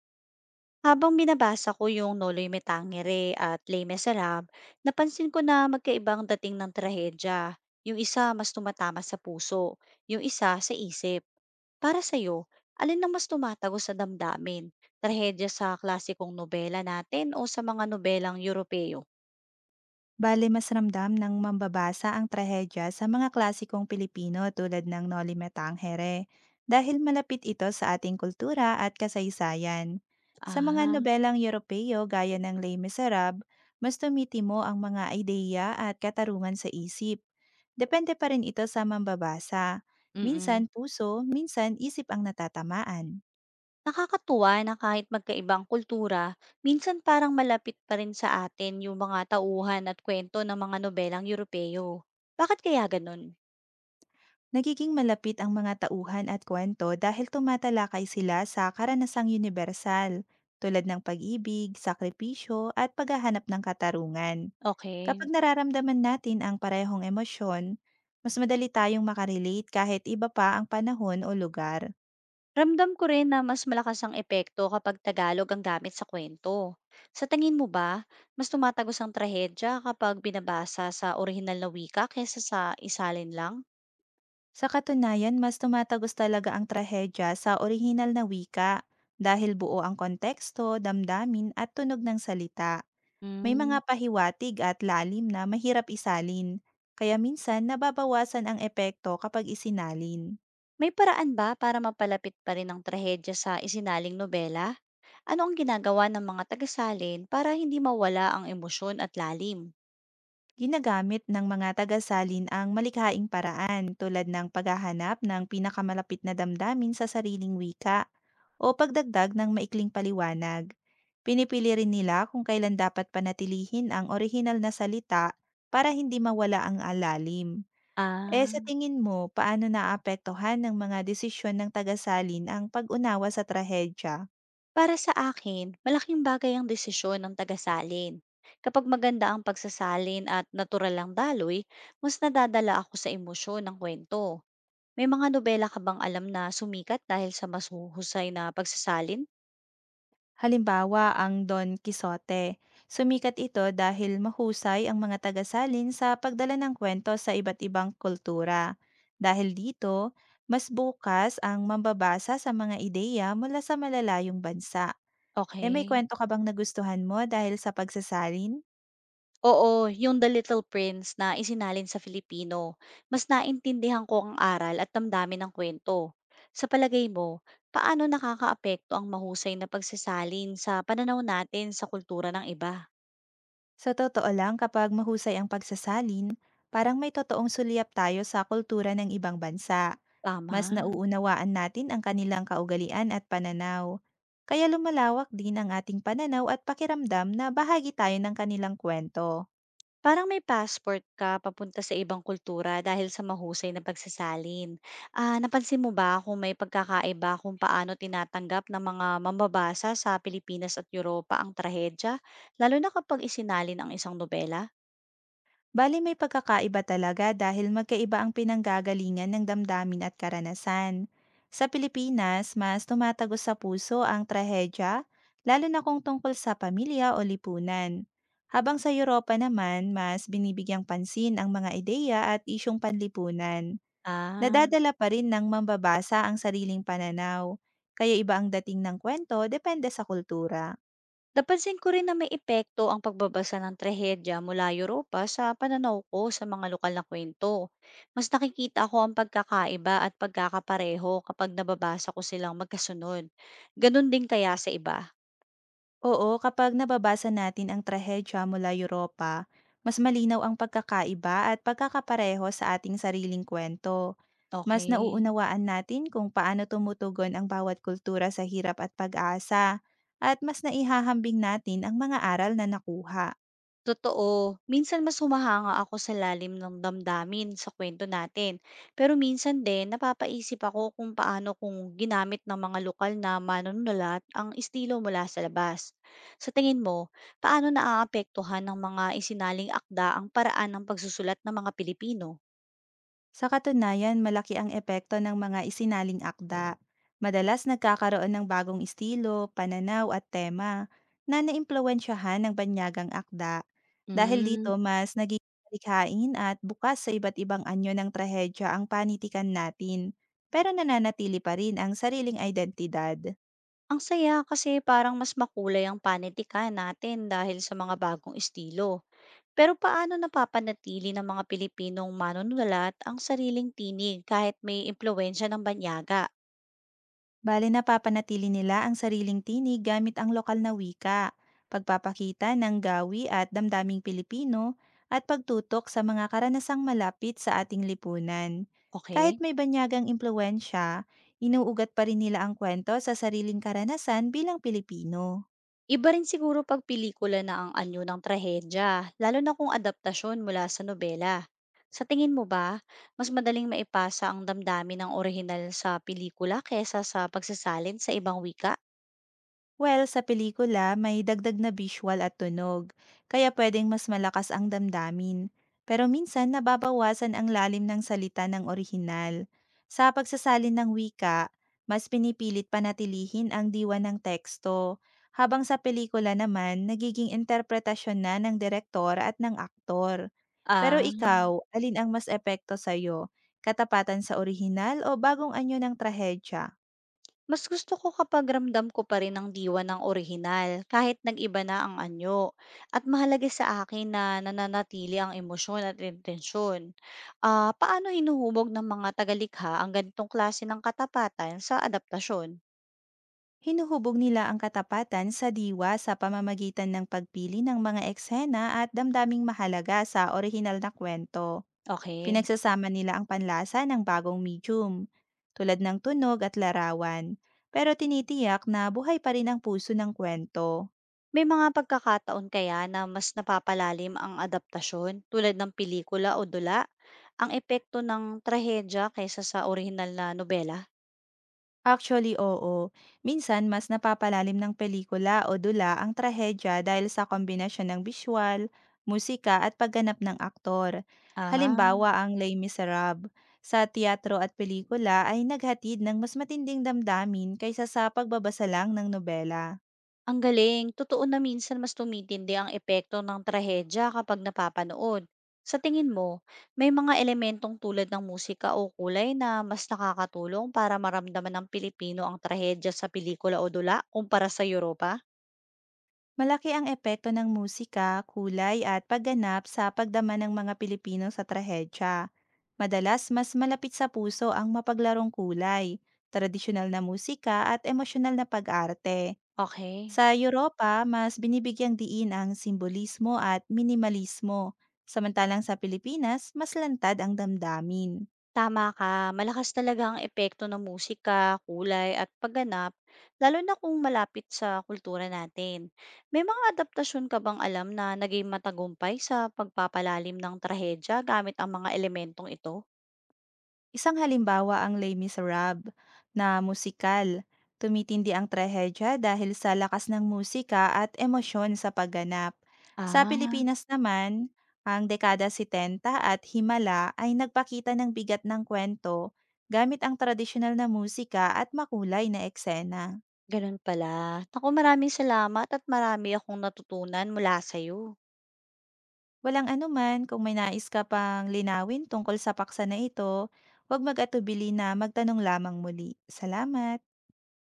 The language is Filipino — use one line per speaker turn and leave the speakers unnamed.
Habang binabasa ko yung Noloy Me Tangere at Les Miserables, napansin ko na magkaibang dating ng trahedya. Yung isa mas tumatama sa puso, yung isa sa isip. Para sa'yo, alin ang mas tumatago sa damdamin? Trahedya sa klasikong nobela natin o sa mga nobelang Europeo?
Bale mas ramdam ng mambabasa ang trahedya sa mga klasikong Pilipino tulad ng Noli Me Tangere dahil malapit ito sa ating kultura at kasaysayan. Sa mga
Ah,
nobelang Europeo gaya ng Les Miserables, mas tumitimo ang mga ideya at katarungan sa isip. Depende pa rin ito sa mambabasa.
mm
Minsan puso, minsan isip ang natatamaan.
Nakakatuwa na kahit magkaibang kultura, minsan parang malapit pa rin sa atin yung mga tauhan at kwento ng mga nobelang Europeo. Bakit kaya ganun?
Nagiging malapit ang mga tauhan at kwento dahil tumatalakay sila sa karanasang universal, tulad ng pag-ibig, sakripisyo, at paghahanap ng katarungan.
Okay.
Kapag nararamdaman natin ang parehong emosyon, mas madali tayong makarelate kahit iba pa ang panahon o lugar.
Ramdam ko rin na mas malakas ang epekto kapag Tagalog ang gamit sa kwento. Sa tingin mo ba, mas tumatagos ang trahedya kapag binabasa sa orihinal na wika kaysa sa isalin lang?
Sa katunayan, mas tumatagos talaga ang trahedya sa orihinal na wika dahil buo ang konteksto, damdamin at tunog ng salita. May
Hmm.
mga pahiwatig at lalim na mahirap isalin, kaya minsan nababawasan ang epekto kapag isinalin.
May paraan ba para mapalapit pa rin ang trahedya sa isinaling nobela? Ano ang ginagawa ng mga tagasalin para hindi mawala ang emosyon at lalim?
Ginagamit ng mga tagasalin ang malikhaing paraan tulad ng paghahanap ng pinakamalapit na damdamin sa sariling wika o pagdagdag ng maikling paliwanag. Pinipili rin nila kung kailan dapat panatilihin ang orihinal na salita para hindi mawala ang alalim. Eh, sa
Ah.
tingin mo, paano naaapektuhan ng mga desisyon ng tagasalin ang pag-unawa sa trahedya?
Para sa akin, malaking bagay ang desisyon ng tagasalin. Kapag maganda ang pagsasalin at natural ang daloy, mas nadadala ako sa emosyon ng kwento. May mga nobela ka bang alam na sumikat dahil sa mas huhusay na pagsasalin?
Halimbawa, ang Don Quixote. Sumikat ito dahil mahusay ang mga tagasalin sa pagdala ng kwento sa iba't ibang kultura. Dahil dito, mas bukas ang mambabasa sa mga ideya mula sa malalayong bansa. Eh, may
Okay.
kwento ka bang nagustuhan mo dahil sa pagsasalin?
Oo, yung The Little Prince na isinalin sa Filipino. Mas naintindihan ko ang aral at damdamin ng kwento. Sa palagay mo, paano nakakaapekto ang mahusay na pagsasalin sa pananaw natin sa kultura ng iba?
Sa totoo lang, kapag mahusay ang pagsasalin, parang may totoong sulyap tayo sa kultura ng ibang bansa. Mas
Tama.
nauunawaan natin ang kanilang kaugalian at pananaw. Kaya lumalawak din ang ating pananaw at pakiramdam na bahagi tayo ng kanilang kwento.
Parang may passport ka papunta sa ibang kultura dahil sa mahusay na pagsasalin. Ah, napansin mo ba kung may pagkakaiba kung paano tinatanggap ng mga mambabasa sa Pilipinas at Europa ang trahedya, lalo na kapag isinalin ang isang nobela?
Bali may pagkakaiba talaga dahil magkaiba ang pinanggagalingan ng damdamin at karanasan. Sa Pilipinas, mas tumatagos sa puso ang trahedya, lalo na kung tungkol sa pamilya o lipunan. Habang sa Europa naman, mas binibigyang pansin ang mga ideya at isyong panlipunan.
Ah,
Nadadala pa rin ng mambabasa ang sariling pananaw, kaya iba ang dating ng kwento depende sa kultura.
napansin ko rin na may epekto ang pagbabasa ng trahedya mula Europa sa pananaw ko sa mga lokal na kwento. Mas nakikita ko ang pagkakaiba at pagkakapareho kapag nababasa ko silang magkasunod. Ganun din kaya sa iba.
Oo, kapag nababasa natin ang trahedya mula Europa, mas malinaw ang pagkakaiba at pagkakapareho sa ating sariling kwento. Mas
Okey,
nauunawaan natin kung paano tumutugon ang bawat kultura sa hirap at pag-asa, at mas naihahambing natin ang mga aral na nakuha.
totoo. Minsan mas humahanga ako sa lalim ng damdamin sa kuwento natin. Pero minsan din napapaisip ako kung paano kung ginamit ng mga lokal na manunulat ang estilo mula sa labas. Sa tingin mo, paano naaapektuhan ng mga isinaling akda ang paraan ng pagsusulat ng mga Pilipino?
Sa katunayan, malaki ang epekto ng mga isinaling akda. Madalas nagkakaroon ng bagong estilo, pananaw at tema na naimpluwensyahan ng banyagang akda. Dahil
Hmm.
dito, mas nagiging malikhain at bukas sa iba't ibang anyo ng trahedya ang panitikan natin, pero nananatili pa rin ang sariling identidad.
Ang saya kasi parang mas makulay ang panitikan natin dahil sa mga bagong estilo. Pero paano napapanatili ng mga Pilipinong manunulat ang sariling tinig kahit may impluwensya ng banyaga?
Bale napapanatili nila ang sariling tinig gamit ang lokal na wika, pagpapakita ng gawi at damdaming Pilipino, at pagtutok sa mga karanasang malapit sa ating lipunan. Kahit
Okay?
may banyagang impluensya, inuugat pa rin nila ang kwento sa sariling karanasan bilang Pilipino.
Iba rin siguro pag pelikula na ang anyo ng trahedya, lalo na kung adaptasyon mula sa nobela. Sa tingin mo ba, mas madaling maipasa ang damdamin ng orihinal sa pelikula kesa sa pagsasalin sa ibang wika?
Well, sa pelikula, may dagdag na visual at tunog, kaya pwedeng mas malakas ang damdamin. Pero minsan nababawasan ang lalim ng salita ng orihinal. Sa pagsasalin ng wika, mas pinipilit panatilihin ang diwa ng teksto, habang sa pelikula naman, nagiging interpretasyon na ng direktor at ng aktor. Pero
Ah,
ikaw, alin ang mas epekto sa'yo? Katapatan sa orihinal o bagong anyo ng trahedya?
mas gusto ko kapag ramdam ko pa rin ang diwa ng orihinal kahit nag-iba na ang anyo. At mahalaga sa akin na nananatili ang emosyon at intensyon. Ah, paano hinuhubog ng mga tagalikha ang ganitong klase ng katapatan sa adaptasyon?
Hinuhubog nila ang katapatan sa diwa sa pamamagitan ng pagpili ng mga eksena at damdaming mahalaga sa orihinal na kwento.
Okay.
Pinagsasama nila ang panlasa ng bagong medium, tulad ng tunog at larawan, pero tinitiyak na buhay pa rin ang puso ng kwento.
May mga pagkakataon kaya na mas napapalalim ang adaptasyon tulad ng pelikula o dula? Ang epekto ng trahedya kaysa sa orihinal na nobela?
Actually, oo. Minsan, mas napapalalim ng pelikula o dula ang trahedya dahil sa kombinasyon ng visual, musika at pagganap ng aktor.
Aha.
Halimbawa ang Les Miserables. Sa teatro at pelikula ay naghatid ng mas matinding damdamin kaysa sa pagbabasa lang ng nobela.
Ang galing, totoo na minsan mas tumitindi ang epekto ng trahedya kapag napapanood. Sa tingin mo, may mga elementong tulad ng musika o kulay na mas nakakatulong para maramdaman ng Pilipino ang trahedya sa pelikula o dula kumpara sa Europa?
Malaki ang epekto ng musika, kulay at pagganap sa pagdama ng mga Pilipino sa trahedya. Madalas, mas malapit sa puso ang mapaglarong kulay, tradisyonal na musika at emosyonal na pag-arte.
Okay.
Sa Europa, mas binibigyang diin ang simbolismo at minimalismo, samantalang sa Pilipinas, mas lantad ang damdamin.
Tama ka, malakas talaga ang epekto ng musika, kulay at pagganap, lalo na kung malapit sa kultura natin. May mga adaptasyon ka bang alam na naging matagumpay sa pagpapalalim ng trahedya gamit ang mga elementong ito?
Isang halimbawa ang Les Miserables na musikal. Tumitindi ang trahedya dahil sa lakas ng musika at emosyon sa pagganap. Sa
Ah,
Pilipinas naman, ang dekada 70 at Himala ay nagpakita ng bigat ng kwento gamit ang tradisyonal na musika at makulay na eksena.
ganun pala. Naku, maraming salamat at marami akong natutunan mula sa'yo.
Walang anuman kung may nais ka pang linawin tungkol sa paksa na ito, huwag mag-atubili na magtanong lamang muli. Salamat!